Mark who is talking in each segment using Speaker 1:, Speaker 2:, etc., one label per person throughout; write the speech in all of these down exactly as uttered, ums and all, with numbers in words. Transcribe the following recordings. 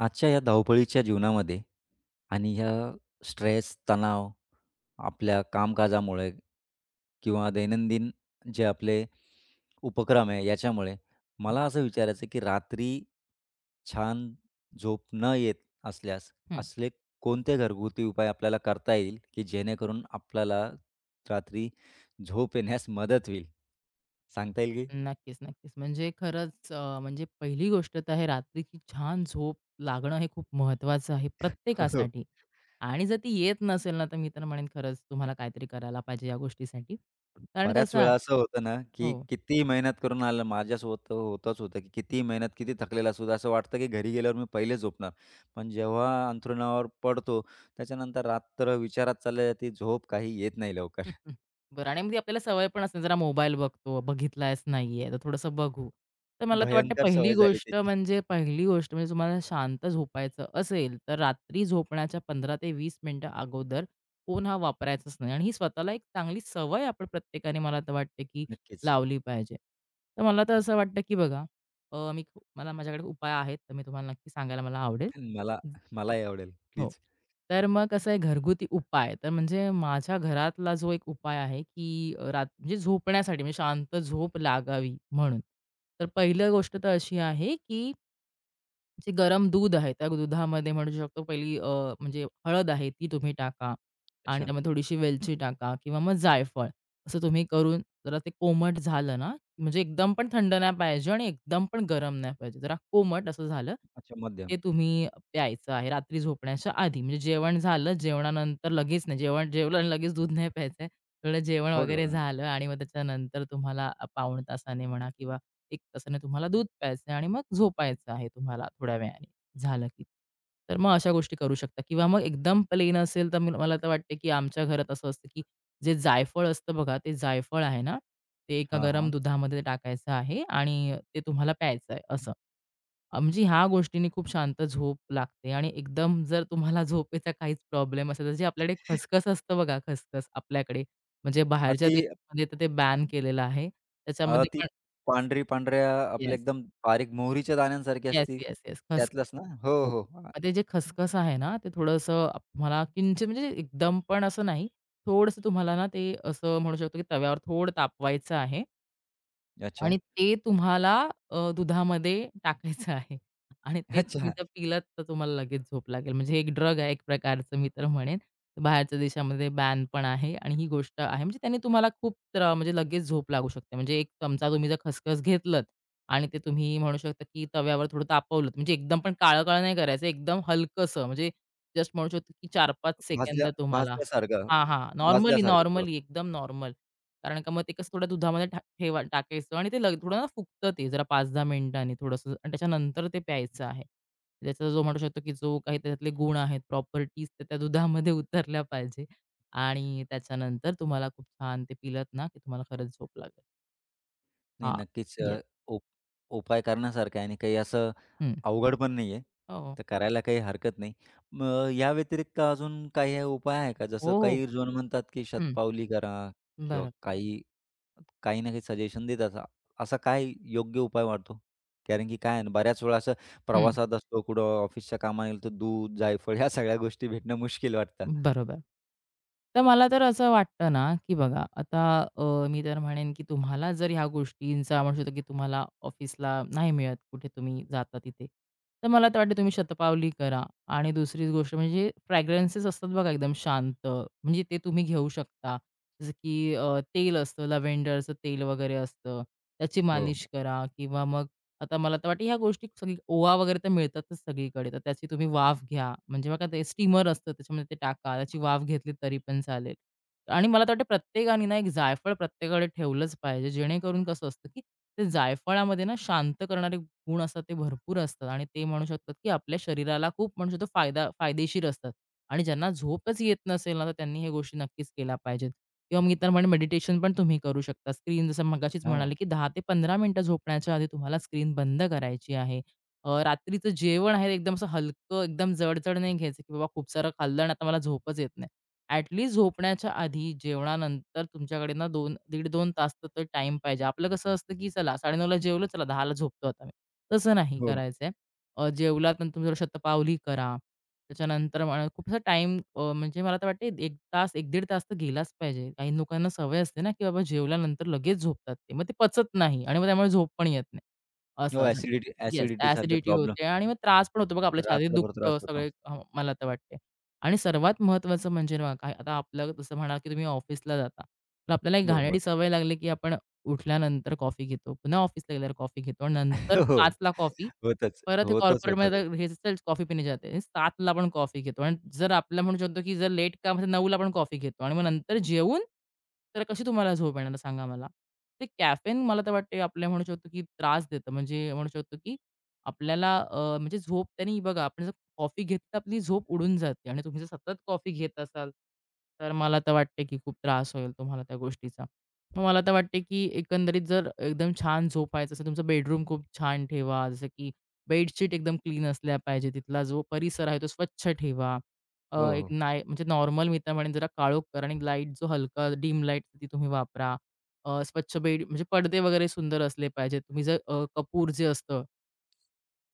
Speaker 1: आजच्या या धावपळीच्या जीवनामध्ये आणि ह्या स्ट्रेस, तणाव आपल्या कामकाजामुळे किंवा दैनंदिन जे आपले उपक्रम आहे याच्यामुळे, मला असं विचारायचं आहे, की रात्री छान झोप न येत असल्यास
Speaker 2: हं,
Speaker 1: असले कोणते घरगुती उपाय आपल्याला करता येईल, की जेणेकरून आपल्याला रात्री झोप येण्यास मदत होईल? सांगता येईल
Speaker 2: नक्कीच, नक्कीच. म्हणजे खरंच अ, म्हणजे पहिली गोष्ट तर आहे रात्रीची छान झोप लागणं हे खूप महत्त्वाचं आहे
Speaker 1: की?
Speaker 2: प्रत्येकासाठी. आणि जर ती येत नसेल ना, तर मी तर म्हणेन खरंच तुम्हाला काहीतरी करायला पाहिजे या गोष्टीसाठी. कारण
Speaker 1: बऱ्याच
Speaker 2: कसं आहे
Speaker 1: वेळा असं होतं ना, की
Speaker 2: हो.
Speaker 1: कितीही मेहनत करून आलं माझ्यासोबत होतच होतं, की कितीही मेहनत, किती थकलेला असू दे, असं वाटतं की घरी गेल्यावर मी पहिले झोपणार. पण जेव्हा अंथरुणावर पडतो, त्याच्यानंतर रात्र विचारात चालली जाते, झोप काही येत नाही लवकर.
Speaker 2: हं, हं. बरं आणि मग ती आपल्याला सवय पण असते जरा मोबाईल बघतो, बघितलाच नाहीये, तर थोडंसं बघू. तर मला तर वाटतं
Speaker 1: भयंकर
Speaker 2: पहिली
Speaker 1: सवय झाली
Speaker 2: गोष्ट
Speaker 1: त्याची.
Speaker 2: म्हणजे पहिली गोष्ट म्हणजे तुम्हाला शांत झोपायचं असेल, तर रात्री झोपण्याच्या पंधरा ते वीस मिनिटं अगोदर फोन हा वापरायचाच नाही आणि ही स्वतःला एक चांगली सवय आपण प्रत्येकाने मला तर वाटते, की
Speaker 1: नक्कीच.
Speaker 2: लावली पाहिजे. तर मला तर असं वाटतं, की बघा अ, मी खूप- मला माझ्याकडे उपाय आहेत, तर मी तुम्हाला नक्की सांगायला मला आवडेल.
Speaker 1: मला मलाही आवडेल.
Speaker 2: हो.
Speaker 1: प्लीज.
Speaker 2: तर मग कसं आहे घरगुती उपाय, तर म्हणजे माझ्या घरातला जो एक उपाय आहे, की अ, रात म्हणजे झोपण्यासाठी म्हणजे शांत झोप लागावी म्हणून. तर पहिलं गोष्ट तर अशी आहे, की जे गरम दूध आहे, त्या दुधामध्ये म्हणू शकतो पहिली अ, म्हणजे हळद आहे ती तुम्ही टाका आणि
Speaker 1: अच्छा.
Speaker 2: त्यामध्ये थोडीशी वेलची टाका किंवा मग जायफळ. असं तुम्ही करून जरा ते कोमट झालं ना, म्हणजे एकदम पण थंड नाही पाहिजे आणि एकदम पण गरम नाही पाहिजे. जरा कोमट असं झालं,
Speaker 1: अच्छा, मध्यम.
Speaker 2: ते तुम्ही प्यायचं आहे रात्री झोपण्याच्या आधी. म्हणजे जेवण झालं, जेवणानंतर लगेच नाही. जेवण जेवलं आणि लगेच दूध नाही प्यायचं आहे. थोडं जेवण
Speaker 1: थोड्या
Speaker 2: वगैरे
Speaker 1: वेळाने.
Speaker 2: झालं आणि मग त्याच्यानंतर तुम्हाला अ, पाऊण तासाने म्हणा किंवा एक तासाने तुम्हाला दूध प्यायचं आहे आणि मग झोपायचं आहे तुम्हाला थोड्या वेळाने, झालं की. तर मग अशा गोष्टी करू शकता किंवा मग एकदम प्लेन असेल तर मी- मला तर वाटते की आमच्या घरात असं असतं की जे जायफळ असतं बघा, ते जायफळ आहे ना, ते एका
Speaker 1: हां,
Speaker 2: गरम
Speaker 1: हां.
Speaker 2: दुधामध्ये टाकायचं आहे आणि ते तुम्हाला प्यायचं आहे असं. अ, म्हणजे ह्या गोष्टींनी खूप शांत झोप लागते आणि एकदम जर तुम्हाला झोपेचा काहीच प्रॉब्लेम असेल तर जे आपल्याकडे खसखस असतं बघा, खसखस आपल्याकडे म्हणजे बाहेरच्या
Speaker 1: अति
Speaker 2: देशामध्ये तर ते बॅन केलेलं आहे.
Speaker 1: अ,
Speaker 2: त्याच्यामध्ये पण
Speaker 1: पांढरी-पांढऱ्या आपल्या
Speaker 2: येस.
Speaker 1: एकदम बारीक मोहरीच्या दाण्यांसारखी
Speaker 2: येस,
Speaker 1: असती,
Speaker 2: येस, येस. खसखस.
Speaker 1: त्यातलंच ना? हो,
Speaker 2: हो.
Speaker 1: हो.
Speaker 2: मग ते जे खसखस आहे ना, ते थोडंसं तुम्हाला किंचित म्हणजे एकदम पण असं नाही. थोडंसं तुम्हाला ना, ते असं म्हणू शकतो, की तव्यावर थोडं तापवायचं आहे
Speaker 1: अच्छा.
Speaker 2: आणि ते तुम्हाला अ, दुधामध्ये टाकायचं आहे आणि ते तुम्ही
Speaker 1: अच्छा.
Speaker 2: जर पिलत तर तुम्हाला लगेच झोप लागेल. म्हणजे एक ड्रग आहे एक प्रकारचं मी तर म्हणेन. बाहेरच्या देशामध्ये बॅन पण आहे आणि ही गोष्ट आहे. म्हणजे त्याने तुम्हाला खूप त्र म्हणजे लगेच झोप लागू शकते. म्हणजे एक चमचा तुम्ही जर खसखस घेतलत आणि ते तुम्ही म्हणू शकता, की तव्यावर थोडं तापवलत. म्हणजे एकदम पण काळं-काळं नाही करायचं. एकदम हलकसं म्हणजे जस्ट म्हणू शकतो, की चार ते पाच सेकंद
Speaker 1: भाजल्या
Speaker 2: तुम्हाला
Speaker 1: भाजल्यासारखं
Speaker 2: हां, हां. नॉर्मली,
Speaker 1: भाजल्यासारखं थोडंसं.
Speaker 2: नॉर्मली एकदम नॉर्मल. कारण का मग ते कसं थोडं दुधामध्ये टा ठेवा टाकायचं आणि ते लग थोडं ना फुगतं ते जरा पाच ते दहा मिनिटांनी थोडंसं आणि त्याच्यानंतर ते प्यायचं आहे. त्याचा जो म्हणू शकतो, की जो काही त्याच्यातले गुण आहेत, प्रॉपर्टीज त्या त्या दुधामध्ये उतरल्या पाहिजे आणि त्याच्यानंतर तुम्हाला खूप छान ते पिलत ना, की तुम्हाला खरंच झोप लागेल.
Speaker 1: नाही,
Speaker 2: हां.
Speaker 1: नक्कीच
Speaker 2: येस.
Speaker 1: अ, उप उपाय करण्यासारखा आहे आणि काही असं अवघड पण नाही आहे.
Speaker 2: हो.
Speaker 1: तर करायला काही हरकत नाही. मग या व्यतिरिक्त अजून काही हे उपाय आहे का?
Speaker 2: हो,
Speaker 1: जसं
Speaker 2: हो.
Speaker 1: काही जण म्हणतात, की
Speaker 2: हं.
Speaker 1: शतपावली करा किंवा
Speaker 2: बरं.
Speaker 1: काही काही ना काही सजेशन देतात. असा असा काय योग्य उपाय वाटतो? कारण की काय आहे ना, बऱ्याच वेळा असं
Speaker 2: हं.
Speaker 1: प्रवासात असतो, कुठं ऑफिसच्या कामाला गेलो, तर दूध, जायफळ ह्या सगळ्या गोष्टी भेटणं मुश्कील वाटतं.
Speaker 2: बरोबर. तर मला तर असं वाटतं ना, की बघा आता अ, मी तर म्हणेन, की तुम्हाला जर ह्या गोष्टींचा म्हणू शकतो, की तुम्हाला ऑफिसला नाही मिळत, कुठे तुम्ही जाता तिथे. तर मला तर वाटतं तुम्ही शतपावली करा आणि दुसरी गोष्ट म्हणजे फ्रॅग्रन्सेस असतात बघा एकदम शांत, म्हणजे ते तुम्ही घेऊ शकता. जसं की अ, तेल असतं लव्हेंडरचं तेल वगैरे असतं, त्याची
Speaker 1: हो.
Speaker 2: मालिश करा किंवा मग आता मला तर वाटतं ह्या गोष्टी सगळी ओवा वगैरे तर मिळतातच सगळीकडे, तर त्याची तुम्ही वाफ घ्या. म्हणजे बघा ते स्टीमर असतं त्याच्यामध्ये ते टाका. त्याची वाफ घेतली तरी पण चालेल. आणि मला तर वाटतं प्रत्येकाने ना एक जायफळ प्रत्येकाकडे ठेवलंच पाहिजे. जेणेकरून कसं असतं, की ते जायफळामध्ये ना शांत करणारे गुण असतात ते भरपूर असतात आणि ते म्हणू शकतात, की आपल्या शरीराला खूप म्हणू शकतो फायदा फायदेशीर असतात. आणि ज्यांना झोपच येत नसेल ना, तर त्यांनी ह्या गोष्टी नक्कीच केल्या पाहिजेत. किंवा मी तर म्हणेन मेडिटेशन पण तुम्ही करू शकता. स्क्रीन जसं मगाशीच
Speaker 1: हां.
Speaker 2: म्हणाले, की दहा ते पंधरा मिनिटं झोपण्याच्या आधी तुम्हाला स्क्रीन बंद करायची आहे. अ, रात्रीचं जेवण आहे ते एकदम असं हलकं, एकदम जड नाही घ्यायचं, की बाबा खूप सारं खाल्लं आणि आता मला झोपच येत नाही. ॲट झोपण्याच्या आधी जेवणानंतर तुमच्याकडे ना 2 दीड-दोन तास तर टाईम पाहिजे. आपलं कसं असतं, की चला 9:30ला जेवलो, चला 10ला झोपतो आता मी. तसं नाही
Speaker 1: हो.
Speaker 2: करायचंय. अ, जेवलात नंतर जरा शतपावली करा. त्याच्यानंतर मला खूप असा टाईम अ, म्हणजे मला तर वाटते 1 तास, एक दीड तास तर गेलाच पाहिजे. काही लोकांना सवय असते ना, की बाबा जेवल्यानंतर लगेच झोपतात ते. मग ते पचत नाही आणि मग त्यामुळे झोप पण येत नाही. असं,
Speaker 1: हो,
Speaker 2: असं.
Speaker 1: ॲसिडिटी
Speaker 2: येस,
Speaker 1: ॲसिडिटीसारखे
Speaker 2: ॲसिडिटी
Speaker 1: प्रॉब्लेम
Speaker 2: होते आणि मग त्रास पण होतो बघा आपल्या छातीत
Speaker 1: रात्रभर
Speaker 2: दुखतं
Speaker 1: त्रास होता.
Speaker 2: सगळे अ, मला तर वाटते. आणि सर्वात महत्त्वाचं म्हणजे ना काय आता आपलं जसं म्हणा, की तुम्ही ऑफिसला जाता. तर आपल्याला एक
Speaker 1: बरोबर.
Speaker 2: घाणेरडी सवय लागली, की आपण उठल्यानंतर कॉफी घेतो. पुन्हा ऑफिसला गेल्यावर कॉफी घेतो आणि नंतर
Speaker 1: हो, हो.
Speaker 2: पाच कॉफी
Speaker 1: होतच.
Speaker 2: परत हे
Speaker 1: होतच,
Speaker 2: कॉर्पोरेटमध्ये
Speaker 1: होतच.
Speaker 2: आता हे चल कॉफी पिणे जाते. 7:00ला आपण कॉफी घेतो आणि जर आपल्याला म्हणू शकतो, की जर लेट काम असेल 9:00ला आपण कॉफी घेतो आणि मग नंतर जेवून तर कशी तुम्हाला झोप येणार सांगा मला? ते कॅफेन मला तर वाटते आपल्याला म्हणू शकतो, की त्रास देतं. म्हणजे म्हणू शकतो, की आपल्याला अ, म्हणजे झोप त्यांनी बघा आपण जर कॉफी घेतली तर आपली झोप उडून जाते आणि तुम्ही जर सतत कॉफी घेत असाल, तर मला तर वाटते, की खूप त्रास होईल तुम्हाला त्या गोष्टीचा. मग मला तर वाटते, की एकंदरीत जर एकदम छान झोपायचं असेल, तुमचा बेडरूम खूप छान ठेवा. जसं की बेडशीट एकदम क्लीन असल्या पाहिजे. तिथला जो परिसर आहे तो स्वच्छ ठेवा. अ,
Speaker 1: हो,
Speaker 2: एक
Speaker 1: हो.
Speaker 2: नाय म्हणजे नॉर्मल मी तर म्हणेन जरा काळोख करा आणि लाईट जो हलका डीम लाईट ती तुम्ही वापरा. अ, स्वच्छ बेड म्हणजे पडदे वगैरे सुंदर असले पाहिजेत. तुम्ही जर अ, कपूर जे असतं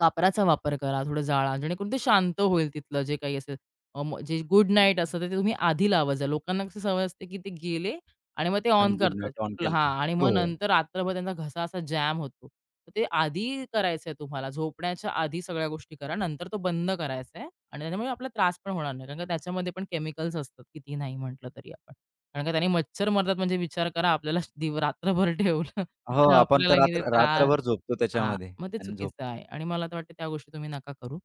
Speaker 2: कापराचा वापर करा, थोडं जाळा, जेणेकरून ते शांत होईल तिथलं जे काही असेल. अ, म जे गुड नाईट असतं ते तुम्ही आधी लावा जा. लोकांना कशी सवय असते, की ते गेले आणि मग ते
Speaker 1: आणि
Speaker 2: ऑन
Speaker 1: गुड
Speaker 2: करतात.
Speaker 1: नाईट ऑन
Speaker 2: हां
Speaker 1: केलता.
Speaker 2: आणि
Speaker 1: हो,
Speaker 2: मग
Speaker 1: हो.
Speaker 2: नंतर रात्रभर त्यांचा घसा असा जॅम होतो. तर ते आधी करायचंय तुम्हाला, झोपण्याच्या आधी सगळ्या गोष्टी करा. नंतर तो बंद करायचा आहे आणि त्याच्यामुळे आपला त्रास पण होणार नाही. कारण का त्याच्यामध्ये पण केमिकल्स असतात, कितीही नाही म्हटलं तरी आपण. कारण का त्याने मच्छर मरतात म्हणजे विचार करा आपल्याला दिव रात्रभर ठेवलं
Speaker 1: हो,
Speaker 2: तर
Speaker 1: आपण
Speaker 2: आपल्याला
Speaker 1: तर
Speaker 2: किती
Speaker 1: रात्र
Speaker 2: त्रास
Speaker 1: रात्रभर झोपतो
Speaker 2: हां,
Speaker 1: त्याच्यामध्ये
Speaker 2: मग ते
Speaker 1: आणि झोप
Speaker 2: चुकीचं आहे आणि मला तर वाटतं त्या गोष्टी तुम्ही नका करू.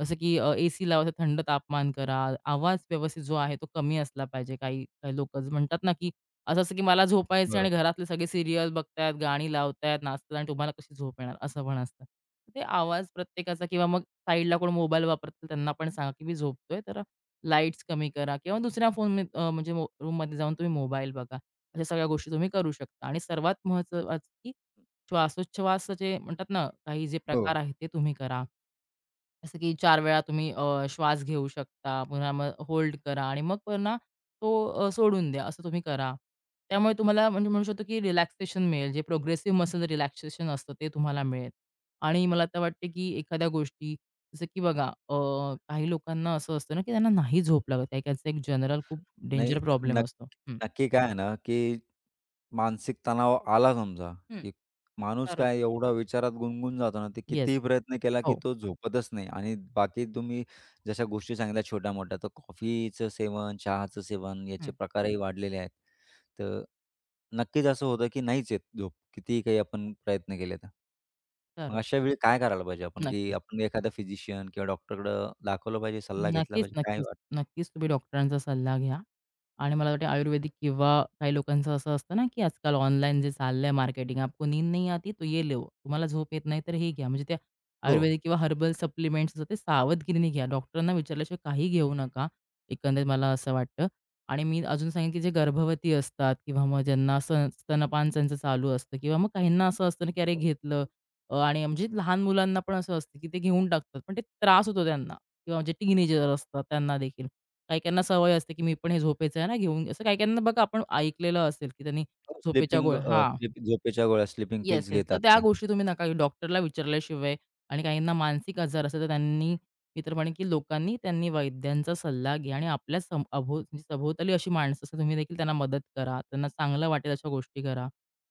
Speaker 2: जसं की अ, एसी लावा, ते थंड तापमान करा. आवाज व्यवस्थित जो आहे तो कमी असला पाहिजे. काही काही लोकं म्हणतात ना, की असं असं की मला झोपायचं आणि
Speaker 1: बरोबर.
Speaker 2: घरातले सगळे सीरियल बघतायत, गाणी लावतायत, नाचतात आणि तुम्हाला कशी झोप येणार, असं पण असतं. ते आवाज प्रत्येकाचा किंवा मग साईडला कोण मोबाईल वापरतात त्यांना पण सांगा, की मी झोपतोय तर लाईट्स कमी करा किंवा दुसऱ्या फोन म्हणजे रूममध्ये जाऊन तुम्ही मोबाईल बघा. अशा सगळ्या गोष्टी तुम्ही करू शकता आणि सर्वात महत्त्वाचं, की श्वासोच्छवास जे म्हणतात ना, काही जे
Speaker 1: हो.
Speaker 2: प्रकार आहेत ते तुम्ही करा. जसं की चार वेळा तुम्ही अ, श्वास घेऊ शकता. पुन्हा मग होल्ड करा आणि मग पुन्हा तो अ, सोडून द्या. असं तुम्ही करा. त्यामुळे तुम्हाला म्हणजे म्हणू शकतो की रिलॅक्सेशन मिळेल. जे प्रोग्रेसिव्ह मसल रिलॅक्सेशन असतं ते तुम्हाला मिळेल. आणि मला तर वाटते की एखाद्या गोष्टी जसं की बघा अ, काही लोकांना असं असतं ना, की त्यांना नाही झोप लागत. एकेकांचा एक जनरल खूप डेंजर
Speaker 1: नाही
Speaker 2: प्रॉब्लेम
Speaker 1: नक्क
Speaker 2: असतो. हं.
Speaker 1: नक्की काय आहे ना, की मानसिक तणाव आला समजा,
Speaker 2: हं.
Speaker 1: की माणूस
Speaker 2: बरोबर.
Speaker 1: काय एवढा विचारात गुंगून जातो ना, ते
Speaker 2: येस.
Speaker 1: कितीही प्रयत्न केला की
Speaker 2: हो.
Speaker 1: तो झोपतच नाही आणि बाकी तुम्ही जशा गोष्टी सांगितल्या छोट्या-मोठ्या, तर कॉफीचं सेवन, चहाचं सेवन याचे
Speaker 2: हं.
Speaker 1: प्रकारही वाढलेले आहेत. तर नक्कीच असं होतं की नाहीच येत झोप, कितीही काही आपण प्रयत्न केले तर. मग
Speaker 2: बरोबर.
Speaker 1: अशा वेळी काय करायला पाहिजे आपण, की
Speaker 2: नक्कीच.
Speaker 1: आपण एखादा फिजिशियन किंवा डॉक्टरकडं दाखवलं पाहिजे, सल्ला घेतला
Speaker 2: नक्कीच,
Speaker 1: पाहिजे, काय
Speaker 2: नक्कीच.
Speaker 1: वाटतं?
Speaker 2: नक्कीच तुम्ही डॉक्टरांचा सल्ला घ्या. आणि मला वाटतं आयुर्वेदिक किंवा काही लोकांचं असं असतं ना, की आजकाल ऑनलाईन जे चाललंय मार्केटिंग, "आपको नींद नहीं आती तो ये लो. तुम्हाला झोप येत नाही तर हे घ्या." म्हणजे ते
Speaker 1: हो.
Speaker 2: आयुर्वेदिक किंवा हर्बल सप्लिमेंट्स असतात ते सावधगिरीने घ्या. डॉक्टरांना विचारल्याशिवाय काही घेऊ नका. एकंदरीत मला असं वाटतं. आणि मी अजून सांगेन, की जे गर्भवती असतात किंवा मग ज्यांना स्त स्तनपान त्यांचं चालू असतं किंवा मग काहींना असं असतं ना, की अरे घेतलं अ, आणि म्हणजे लहान मुलांना पण असं असतं, की ते घेऊन टाकतात. पण ते त्रास होतो त्यांना. किंवा जे टीनेजर असतात त्यांना देखील. काही-काहींना सवय असते, की मी पण हे झोपेचं आहे ना घेऊन असं काही-काहींना बघा आपण ऐकलेलं असेल, की त्यांनी
Speaker 1: हो,
Speaker 2: झोपेच्या
Speaker 1: स्लीपिंग
Speaker 2: गोळ्या
Speaker 1: अ,
Speaker 2: हां.
Speaker 1: स्लीप झोपेच्या गोळ्या, स्लीपिंग
Speaker 2: येस,
Speaker 1: पिल्स
Speaker 2: येस. तर
Speaker 1: घेतात
Speaker 2: त्या
Speaker 1: ते.
Speaker 2: गोष्टी तुम्ही नका घेऊ डॉक्टरला विचारल्याशिवाय आणि काहींना मानसिक आजार असेल, तर त्यांनी मी की लोकांनी त्यांनी वैद्यांचा सल्ला घ्या आणि आपल्या सम अभो म्हणजे सभोवताली अशी माणसं असतात, तुम्ही देखील त्यांना मदत करा. त्यांना चांगलं वाटेल अशा गोष्टी करा.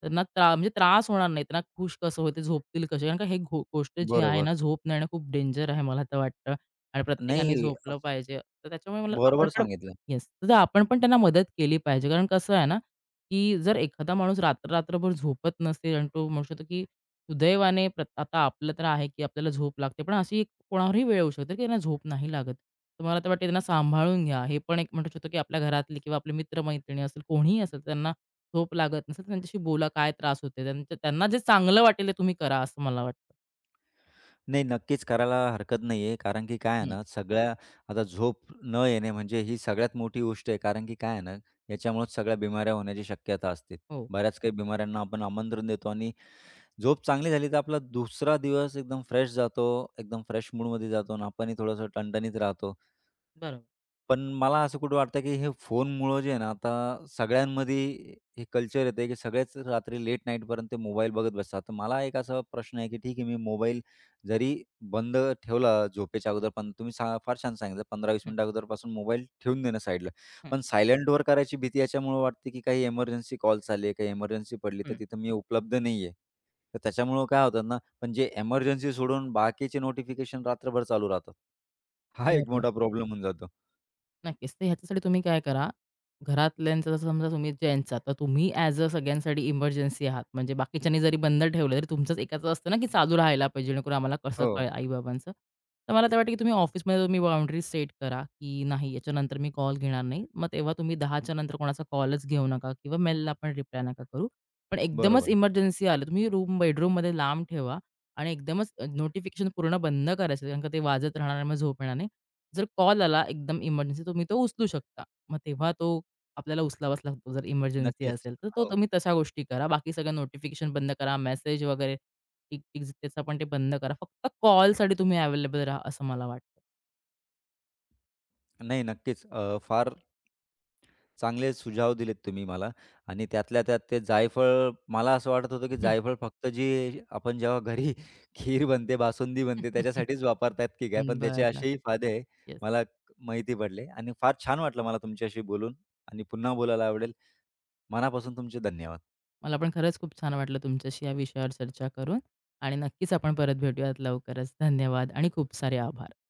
Speaker 2: त्यांना त्रा म्हणजे त्रास होणार नाही. त्यांना खुश कसं होईल, झोपतील कसे? कारण का हे गो गोष्ट जी आहे
Speaker 1: बरोबर.
Speaker 2: ना, झोप नाही खूप डेंजर आहे मला तर वाटतं आणि प्रत्येकाने
Speaker 1: नाही,
Speaker 2: झोपलं
Speaker 1: असं
Speaker 2: पाहिजे. तर त्याच्यामुळे मला आपण
Speaker 1: बरोबर
Speaker 2: पण
Speaker 1: सांगितलं.
Speaker 2: येस. तर आपण पण त्यांना मदत केली पाहिजे. कारण कसं आहे ना, की जर एखादा माणूस रात्र-रात्रभर झोपत नसेल आणि तो म्हणू शकतो की सुदैवाने प्रत आता आपलं तर आहे की आपल्याला झोप लागते, पण अशी एक कोणावरही वेळ येऊ शकते की त्यांना झोप नाही लागत. तर मला तर वाटतं त्यांना सांभाळून घ्या. हे पण एक म्हणू शकतो की आपल्या घरातली किंवा आपले मित्र असेल, कोणीही असेल, त्यांना झोप लागत नसेल, तर त्यांच्याशी बोला, काय त्रास होते. त्यांच्या त्यांना जे चांगलं वाटेल ते तुम्ही करा असं मला वाटतं.
Speaker 1: नाही, नक्कीच करायला हरकत नाही आहे. कारण की काय आहे
Speaker 2: हं.
Speaker 1: ना, सगळ्या आता झोप न येणे म्हणजे ही सगळ्यात मोठी गोष्ट आहे. कारण की काय आहे ना, याच्यामुळेच सगळ्या बिमाऱ्या होण्याची शक्यता असते.
Speaker 2: हो,
Speaker 1: बऱ्याच काही बिमाऱ्यांना आपण आमंत्रण देतो आणि झोप चांगली झाली, तर आपला दुसरा दिवस एकदम फ्रेश जातो, एकदम फ्रेश मूडमध्ये जातो आणि आपणही थोडंसं टणटणीत राहतो.
Speaker 2: बरोबर.
Speaker 1: पण मला असं कुठं वाटतं, की हे फोनमुळं जे आहे ना, आता सगळ्यांमध्ये हे कल्चर येतं, की सगळेच रात्री लेट नाईटपर्यंत ते मोबाईल बघत बसतात. तर मला एक असा प्रश्न आहे, की ठीक आहे, मी मोबाईल जरी बंद ठेवला झोपेच्या अगोदर, पण तुम्ही सा फार छान सांगितलं पंधरा ते वीस
Speaker 2: हं,
Speaker 1: मिनिटं अगोदरपासून मोबाईल ठेवून देणं साईडला.
Speaker 2: हं,
Speaker 1: पण सायलेंटवर करायची भीती याच्यामुळं वाटते, की काही इमर्जन्सी कॉल्स आले, काही इमर्जन्सी पडली, तर
Speaker 2: हं.
Speaker 1: तिथं मी उपलब्ध नाहीये. तर त्याच्यामुळं काय होतात ना, पण जे इमर्जन्सी सोडून बाकीचे नोटिफिकेशन रात्रभर चालू राहतात. हा एक
Speaker 2: बरोबर.
Speaker 1: मोठा प्रॉब्लेम होऊन जातो.
Speaker 2: नक्कीच. तर ह्याच्यासाठी तुम्ही काय करा, घरातल्यांचं जसं समजा तुम्ही जेंट्स आहात, तर तुम्ही ॲज अ सगळ्यांसाठी इमर्जन्सी आहात. म्हणजे बाकीच्यांनी जरी बंद ठेवलं, तरी तुमचंच एकाचं असतं ना, की चालू राहायला पाहिजे, जेणेकरून आम्हाला कसं
Speaker 1: हो,
Speaker 2: कळेल आई तर मला तर वाटतं, की तुम्ही ऑफिसमध्ये तुम्ही बाउंडरी सेट करा, की नाही याच्यानंतर मी कॉल घेणार नाही. मग तेव्हा तुम्ही दहाच्या नंतर कोणाचा कॉलच घेऊ नका किंवा मेलला पण रिप्लाय नका करू. पण एकदमच
Speaker 1: बरोबर.
Speaker 2: इमर्जन्सी आलं, तुम्ही रूम बेडरूममध्ये लांब ठेवा आणि एकदमच नोटिफिकेशन पूर्ण बंद करायचं, कारण का ते वाजत राहणार आणि मग झोप येणार नाही. जर कॉल आला एकदम इमर्जन्सी, तुम्ही तो उचलू शकता. मग तेव्हा तो आपल्याला उचलावाच लागतो जर इमर्जन्सी
Speaker 1: नक्कीच.
Speaker 2: असेल तर तो
Speaker 1: हो.
Speaker 2: तुम्ही तशा गोष्टी करा. बाकी सगळं नोटिफिकेशन बंद करा, मेसेज वगैरे टिक टिक त्याचं पण ते बंद करा. फक्त कॉलसाठी तुम्ही अवेलेबल राहा असं मला वाटतं.
Speaker 1: नाही, नक्कीच. अ, फार चांगले सुझाव दिलेत तुम्ही मला आणि त्यातल्या त्यात ते जायफळ मला असं वाटत होतं, की
Speaker 2: हं.
Speaker 1: जायफळ फक्त जी आपण जेव्हा घरी खीर बनते, बासुंदी बनते त्याच्यासाठीच वापरतात की काय, पण त्याचे
Speaker 2: बरं.
Speaker 1: असेही फायदे
Speaker 2: येस.
Speaker 1: मला माहिती पडले आणि फार छान वाटलं मला तुमच्याशी बोलून आणि पुन्हा बोलायला आवडेल. मनापासून तुमचे धन्यवाद.
Speaker 2: मला पण खरंच खूप छान वाटलं तुमच्याशी या विषयावर चर्चा करून आणि नक्कीच आपण परत भेटूयात लवकरच. धन्यवाद आणि खूप सारे आभार.